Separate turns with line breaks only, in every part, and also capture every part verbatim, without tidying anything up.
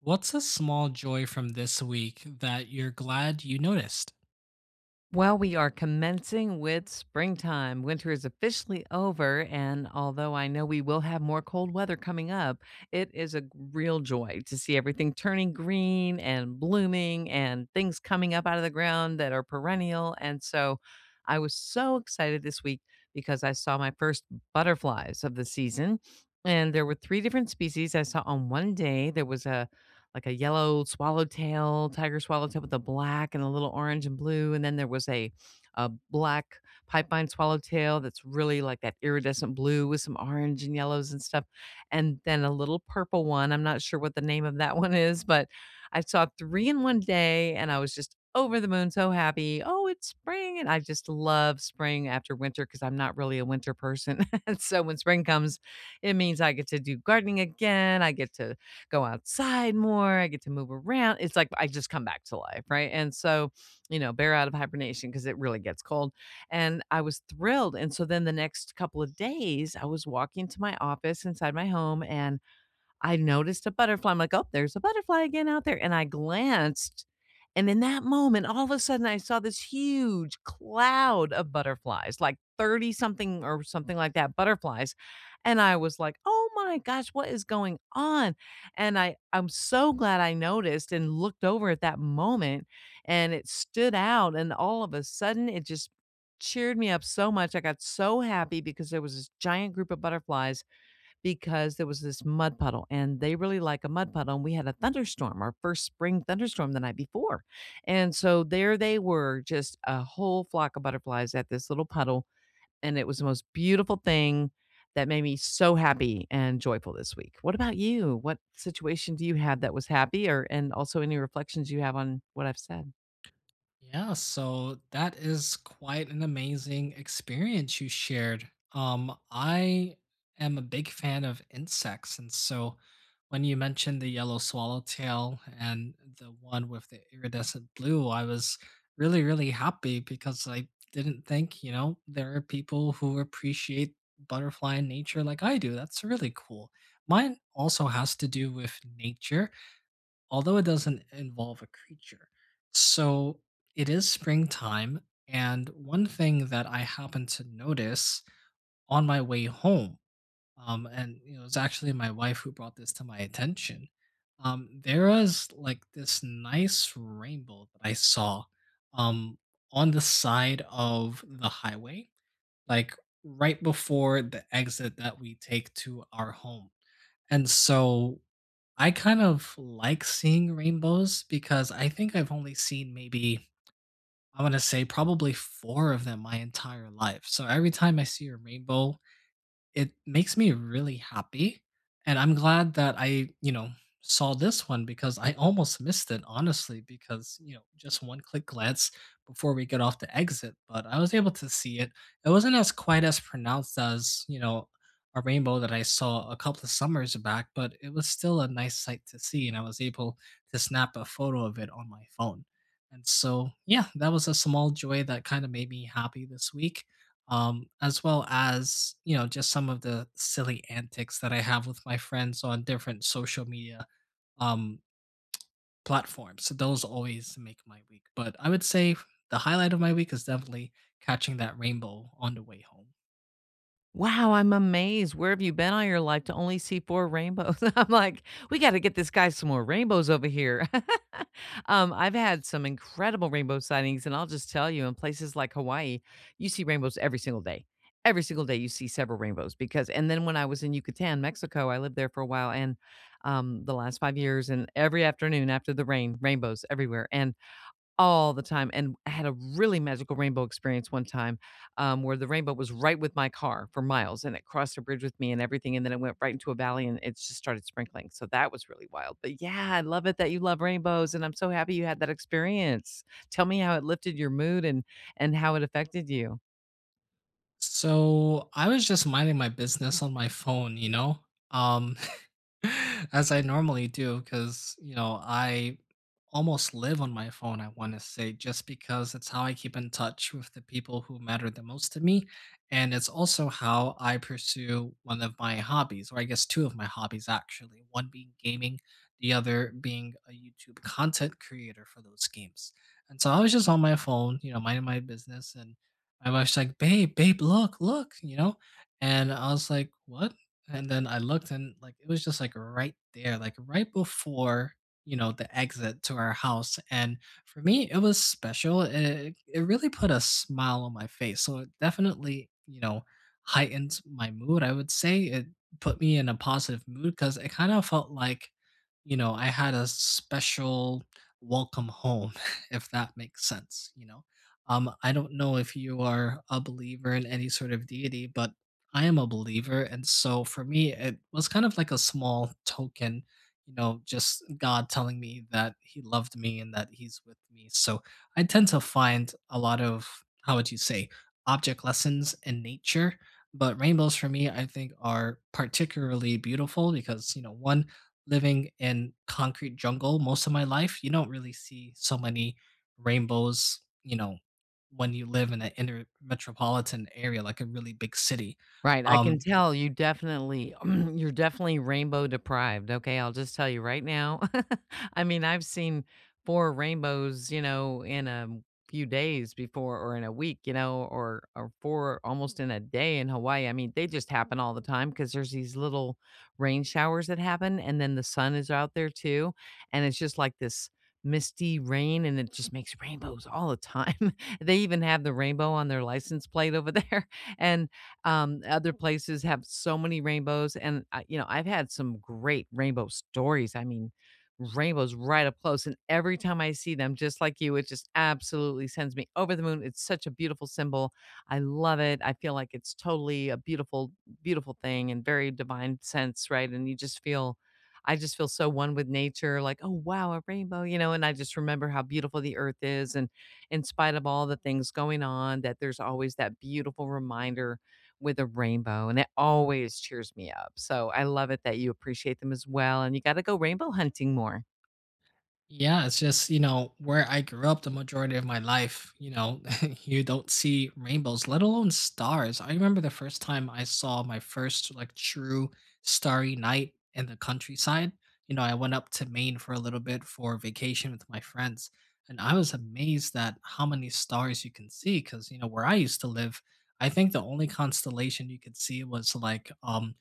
What's a small joy from this week that you're glad you noticed?
Well, we are commencing with springtime. Winter is officially over, and although I know we will have more cold weather coming up, it is a g- real joy to see everything turning green and blooming and things coming up out of the ground that are perennial. And so I was so excited this week because I saw my first butterflies of the season. And there were three different species I saw on one day. There was a like a yellow swallowtail, tiger swallowtail with a black and a little orange and blue. And then there was a a black pipevine swallowtail that's really like that iridescent blue with some orange and yellows and stuff. And then a little purple one. I'm not sure what the name of that one is, but I saw three in one day and I was just over the moon, so happy. Oh, it's spring. And I just love spring after winter because I'm not really a winter person. And so when spring comes, it means I get to do gardening again. I get to go outside more. I get to move around. It's like I just come back to life, right? And so, you know, bear out of hibernation because it really gets cold. And I was thrilled. And so then the next couple of days, I was walking to my office inside my home and I noticed a butterfly. I'm like, oh, there's a butterfly again out there. And I glanced. And in that moment, all of a sudden, I saw this huge cloud of butterflies, like thirty something or something like that, butterflies. And I was like, oh my gosh, what is going on? And I, I'm so glad I noticed and looked over at that moment and it stood out. And all of a sudden, it just cheered me up so much. I got so happy because there was this giant group of butterflies, because there was this mud puddle and they really like a mud puddle, and we had a thunderstorm, our first spring thunderstorm the night before, and so there they were, just a whole flock of butterflies at this little puddle, and it was the most beautiful thing that made me so happy and joyful this week. What about you? What situation do you have that was happy? Or and also any reflections you have on what I've said?
Yeah, so that is quite an amazing experience you shared. Um, I am a big fan of insects, and so when you mentioned the yellow swallowtail and the one with the iridescent blue, I was really, really happy because I didn't think, you know, there are people who appreciate butterfly in nature like I do. That's really cool. Mine also has to do with nature although it doesn't involve a creature. So it is springtime. And one thing that I happened to notice on my way home, um, and it was actually my wife who brought this to my attention, um, there was like this nice rainbow that I saw um, on the side of the highway, like right before the exit that we take to our home. And so I kind of like seeing rainbows because I think I've only seen maybe, I want to say probably four of them my entire life. So every time I see a rainbow, it makes me really happy. And I'm glad that I, you know, saw this one because I almost missed it, honestly, because, you know, just one click glance before we get off the exit. But I was able to see it. It wasn't as quite as pronounced as, you know, a rainbow that I saw a couple of summers back, but it was still a nice sight to see. And I was able to snap a photo of it on my phone. And so, yeah, that was a small joy that kind of made me happy this week um, as well as you know just some of the silly antics that I have with my friends on different social media um, platforms. So those always make my week. But I would say the highlight of my week is definitely catching that rainbow on the way home.
Wow, I'm amazed. Where have you been all your life to only see four rainbows? I'm like, "We gotta get this guy some more rainbows over here." Um, I've had some incredible rainbow sightings, and I'll just tell you, in places like Hawaii, you see rainbows every single day. Every single day, you see several rainbows, because and then when I was in Yucatan, Mexico, I lived there for a while and, um, the last five years, and every afternoon after the rain, rainbows everywhere, and all the time, and I had a really magical rainbow experience one time, um, where the rainbow was right with my car for miles, and it crossed a bridge with me and everything, and then it went right into a valley, and it just started sprinkling, so that was really wild, but yeah, I love it that you love rainbows, and I'm so happy you had that experience. Tell me how it lifted your mood and and how it affected you.
So I was just minding my business on my phone, you know. Um, as I normally do, because you know I almost live on my phone. I want to say just because it's how I keep in touch with the people who matter the most to me, and it's also how I pursue one of my hobbies, or I guess two of my hobbies actually. One being gaming, the other being a YouTube content creator for those games. And so I was just on my phone, you know, minding my business, and my wife's like, "Babe, babe, look, look," you know, and I was like, "What?" And then I looked and like it was just like right there, like right before, you know, the exit to our house. And for me, it was special. It, it really put a smile on my face. So it definitely, you know, heightened my mood. I would say it put me in a positive mood because it kind of felt like, you know, I had a special welcome home, if that makes sense, you know. Um, I don't know if you are a believer in any sort of deity, but I am a believer, and so for me, it was kind of like a small token, you know, just God telling me that He loved me and that He's with me. So I tend to find a lot of, how would you say, object lessons in nature. But rainbows for me, I think, are particularly beautiful because, you know, one, living in concrete jungle most of my life, you don't really see so many rainbows, you know, when you live in an inner metropolitan area, like a really big city
Right, I can
um,
tell you definitely you're definitely rainbow deprived, okay? I'll just tell you right now. I mean, I've seen four rainbows, you know, in a few days before or in a week, you know, or or four almost in a day in Hawaii. I mean, they just happen all the time because there's these little rain showers that happen, and then the sun is out there too, and it's just like this misty rain, and it just makes rainbows all the time. They even have the rainbow on their license plate over there, and um, other places have so many rainbows, and I, you know, I've had some great rainbow stories. I mean, rainbows right up close, and every time I see them, just like you, it just absolutely sends me over the moon. It's such a beautiful symbol. I love it. I feel like it's totally a beautiful, beautiful thing, and very divine sense, right? And you just feel. I just feel so one with nature, like, oh wow, a rainbow, you know, and I just remember how beautiful the earth is and in spite of all the things going on, that there's always that beautiful reminder with a rainbow, and it always cheers me up. So I love it that you appreciate them as well, and you gotta go rainbow hunting more.
yeah, it's just, you know, where I grew up the majority of my life, you know, you don't see rainbows, let alone stars. I remember the first time I saw my first like true starry night in the countryside. You know, I went up to Maine for a little bit for vacation with my friends, and I was amazed at how many stars you can see because, you know, where I used to live, I think the only constellation you could see was like um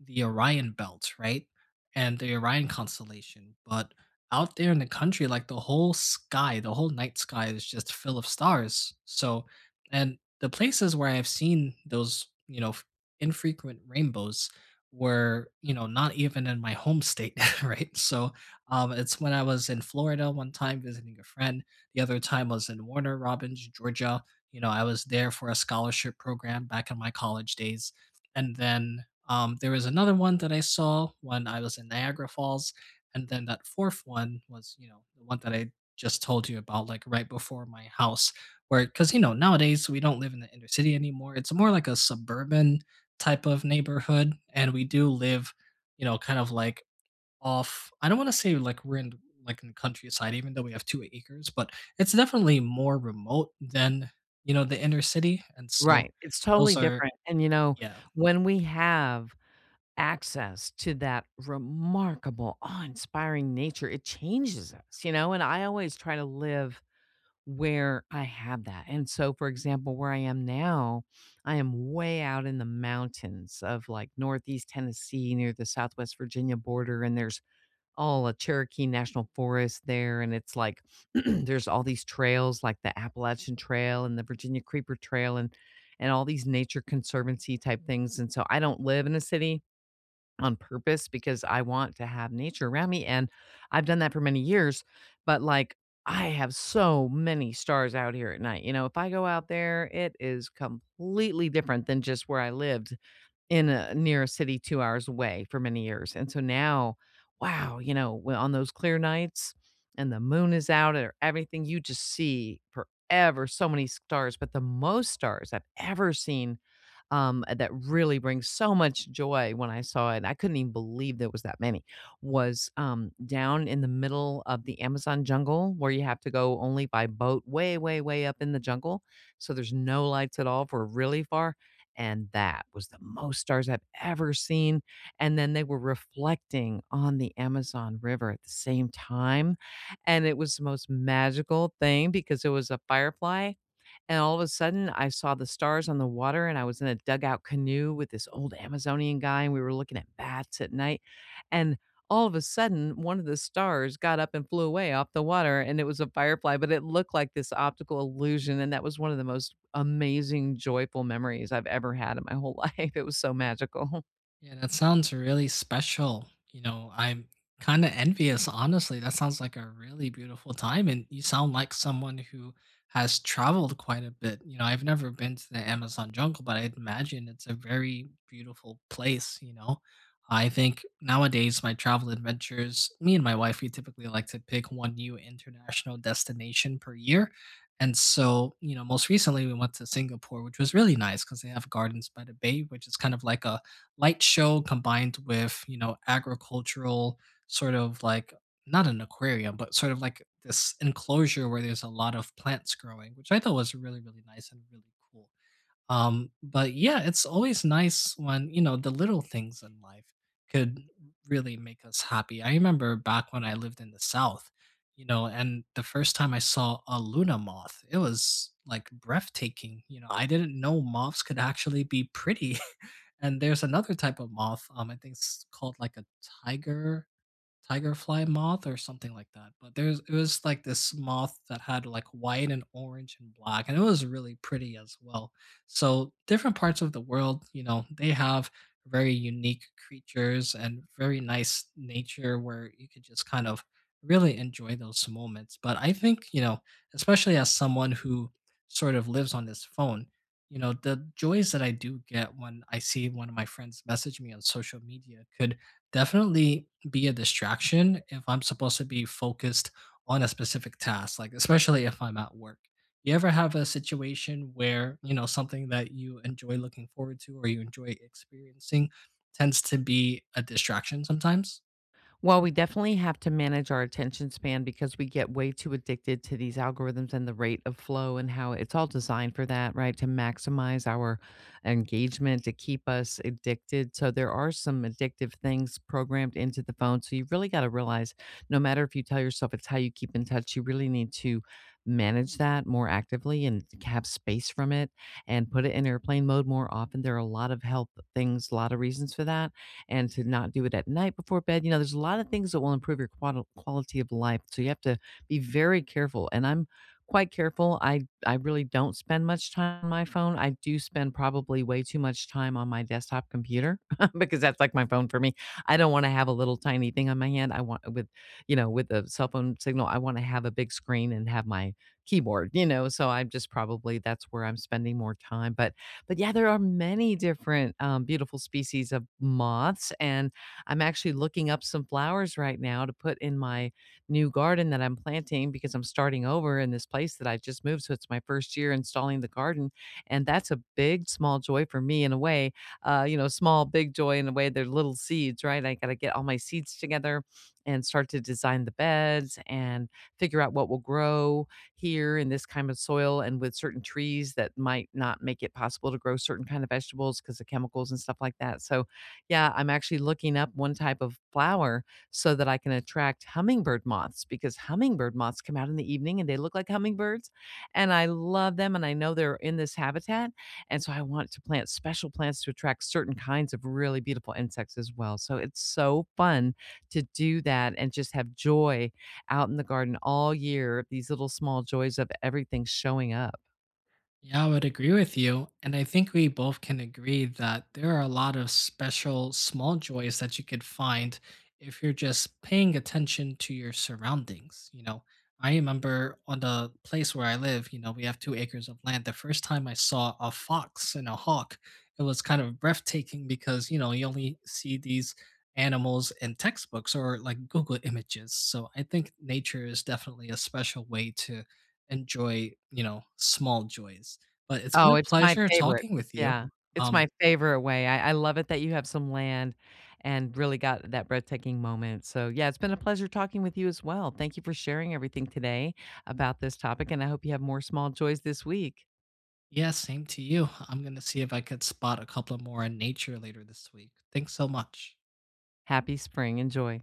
the Orion Belt, right? And the Orion constellation. But out there in the country, like the whole sky, the whole night sky is just full of stars. So, and the places where I've seen those, you know, f- infrequent rainbows were, you know, not even in my home state, right? So, um, it's when I was in Florida one time visiting a friend. The other time was in Warner Robins, Georgia. You know, I was there for a scholarship program back in my college days and then, um, there was another one that I saw when I was in Niagara Falls, and then that fourth one was, you know, the one that I just told you about, like, right before my house where because you know, nowadays, we don't live in the inner city anymore, it's more like a suburban type of neighborhood, and we do live, you know, kind of, like, off I don't wanna say, like, we're in like, in the countryside even though we have two acres, but it's definitely more remote than, you know, the inner city, and so
Right, it's
those
totally
are
different, and, you know,
yeah.
when we have access to that remarkable, awe-inspiring nature, it changes us, you know, and I always try to live where I have that, and so, for example, where I am now, I am way out in the mountains of, like, Northeast Tennessee near the Southwest Virginia border, and there's all a Cherokee National Forest there, and it's like there's all these trails like the Appalachian Trail and the Virginia Creeper Trail and and all these nature conservancy type things. And so I don't live in a city on purpose because I want to have nature around me. And I've done that for many years. But like I have so many stars out here at night. You know, if I go out there, it is completely different than just where I lived in a near a city two hours away for many years, and so now, wow, you know, well, on those clear nights and the moon is out or everything, you just see forever so many stars, but the most stars I've ever seen um, that really brings so much joy when I saw it. I couldn't even believe there was that many. Was um, down in the middle of the Amazon jungle where you have to go only by boat, way, way, way up in the jungle. So there's no lights at all for really far. And that was the most stars I've ever seen. And then they were reflecting on the Amazon River at the same time. And it was the most magical thing because it was a firefly and all of a sudden, I saw the stars on the water, and I was in a dugout canoe with this old Amazonian guy, and we were looking at bats at night. And all of a sudden, one of the stars got up and flew away off the water, and it was a firefly, but it looked like this optical illusion. And that was one of the most amazing, joyful memories I've ever had in my whole life. It was so magical.
Yeah, that sounds really special. You know, I'm kind of envious, honestly. That sounds like a really beautiful time. And you sound like someone who has traveled quite a bit. You know, I've never been to the Amazon jungle, but I'd imagine it's a very beautiful place, you know. I think nowadays my travel adventures, me and my wife, we typically like to pick one new international destination per year. And so, you know, most recently we went to Singapore, which was really nice because they have gardens by the bay, which is kind of like a light show combined with, you know, agricultural sort of like not an aquarium, but sort of like this enclosure where there's a lot of plants growing, which I thought was really, really nice and really cool. Um, but yeah, it's always nice when, you know, the little things in life could really make us happy. I remember back when I lived in the South, you know, and the first time I saw a Luna moth, it was like breathtaking. You know, I didn't know moths could actually be pretty. And there's another type of moth, um, I think it's called like a tiger Tiger fly moth or something like that. But there's it was like this moth that had like white and orange and black, and it was really pretty as well. So different parts of the world, you know, they have very unique creatures and very nice nature where you could just kind of really enjoy those moments. But I think, you know, especially as someone who sort of lives on this phone, you know, the joys that I do get when I see one of my friends message me on social media could definitely be a distraction if I'm supposed to be focused on a specific task, like especially if I'm at work. You ever have a situation where, you know, something that you enjoy looking forward to or you enjoy experiencing tends to be a distraction sometimes?
Well, we definitely have to manage our attention span because we get way too addicted to these algorithms and the rate of flow and how it's all designed for that, right? To maximize our engagement, to keep us addicted. So there are some addictive things programmed into the phone. So you really got to realize no matter if you tell yourself it's how you keep in touch, you really need to manage that more actively and have space from it and put it in airplane mode more often. There are a lot of health things, a lot of reasons for that and to not do it at night before bed. You know, there's a lot of things that will improve your qual- quality of life. So you have to be very careful. And I'm quite careful. I I really don't spend much time on my phone. I do spend probably way too much time on my desktop computer because that's like my phone for me. I don't want to have a little tiny thing on my hand. I want with you know, with a cell phone signal, I want to have a big screen and have my keyboard, you know. So I'm just probably that's where I'm spending more time, but but yeah, there are many different um, beautiful species of moths, and I'm actually looking up some flowers right now to put in my new garden that I'm planting because I'm starting over in this place that I just moved. So it's my first year installing the garden, and that's a big, small joy for me in a way. Uh, you know, small, big joy in a way. They're little seeds, right? I got to get all my seeds together and start to design the beds and figure out what will grow here in this kind of soil and with certain trees that might not make it possible to grow certain kind of vegetables because of chemicals and stuff like that. So, yeah, I'm actually looking up one type of flower so that I can attract hummingbird moths because hummingbird moths come out in the evening and they look like hummingbirds. And I love them and I know they're in this habitat. And so I want to plant special plants to attract certain kinds of really beautiful insects as well. So it's so fun to do that and just have joy out in the garden all year, these little small joys of everything showing up.
Yeah, I would agree with you. And I think we both can agree that there are a lot of special small joys that you could find if you're just paying attention to your surroundings. You know, I remember on the place where I live, you know, we have two acres of land. The first time I saw a fox and a hawk, it was kind of breathtaking because, you know, you only see these animals in textbooks or like Google images. So I think nature is definitely a special way to enjoy, you know, small joys. But it's been
Oh,
a
it's my
pleasure
favorite.
talking with you.
Yeah. It's
Um,
my favorite way. I I love it that you have some land and really got that breathtaking moment. So, yeah, it's been a pleasure talking with you as well. Thank you for sharing everything today about this topic, and I hope you have more small joys this week.
yeah, same to you. I'm gonna see if I could spot a couple more in nature later this week. Thanks so much.
Happy spring. Enjoy.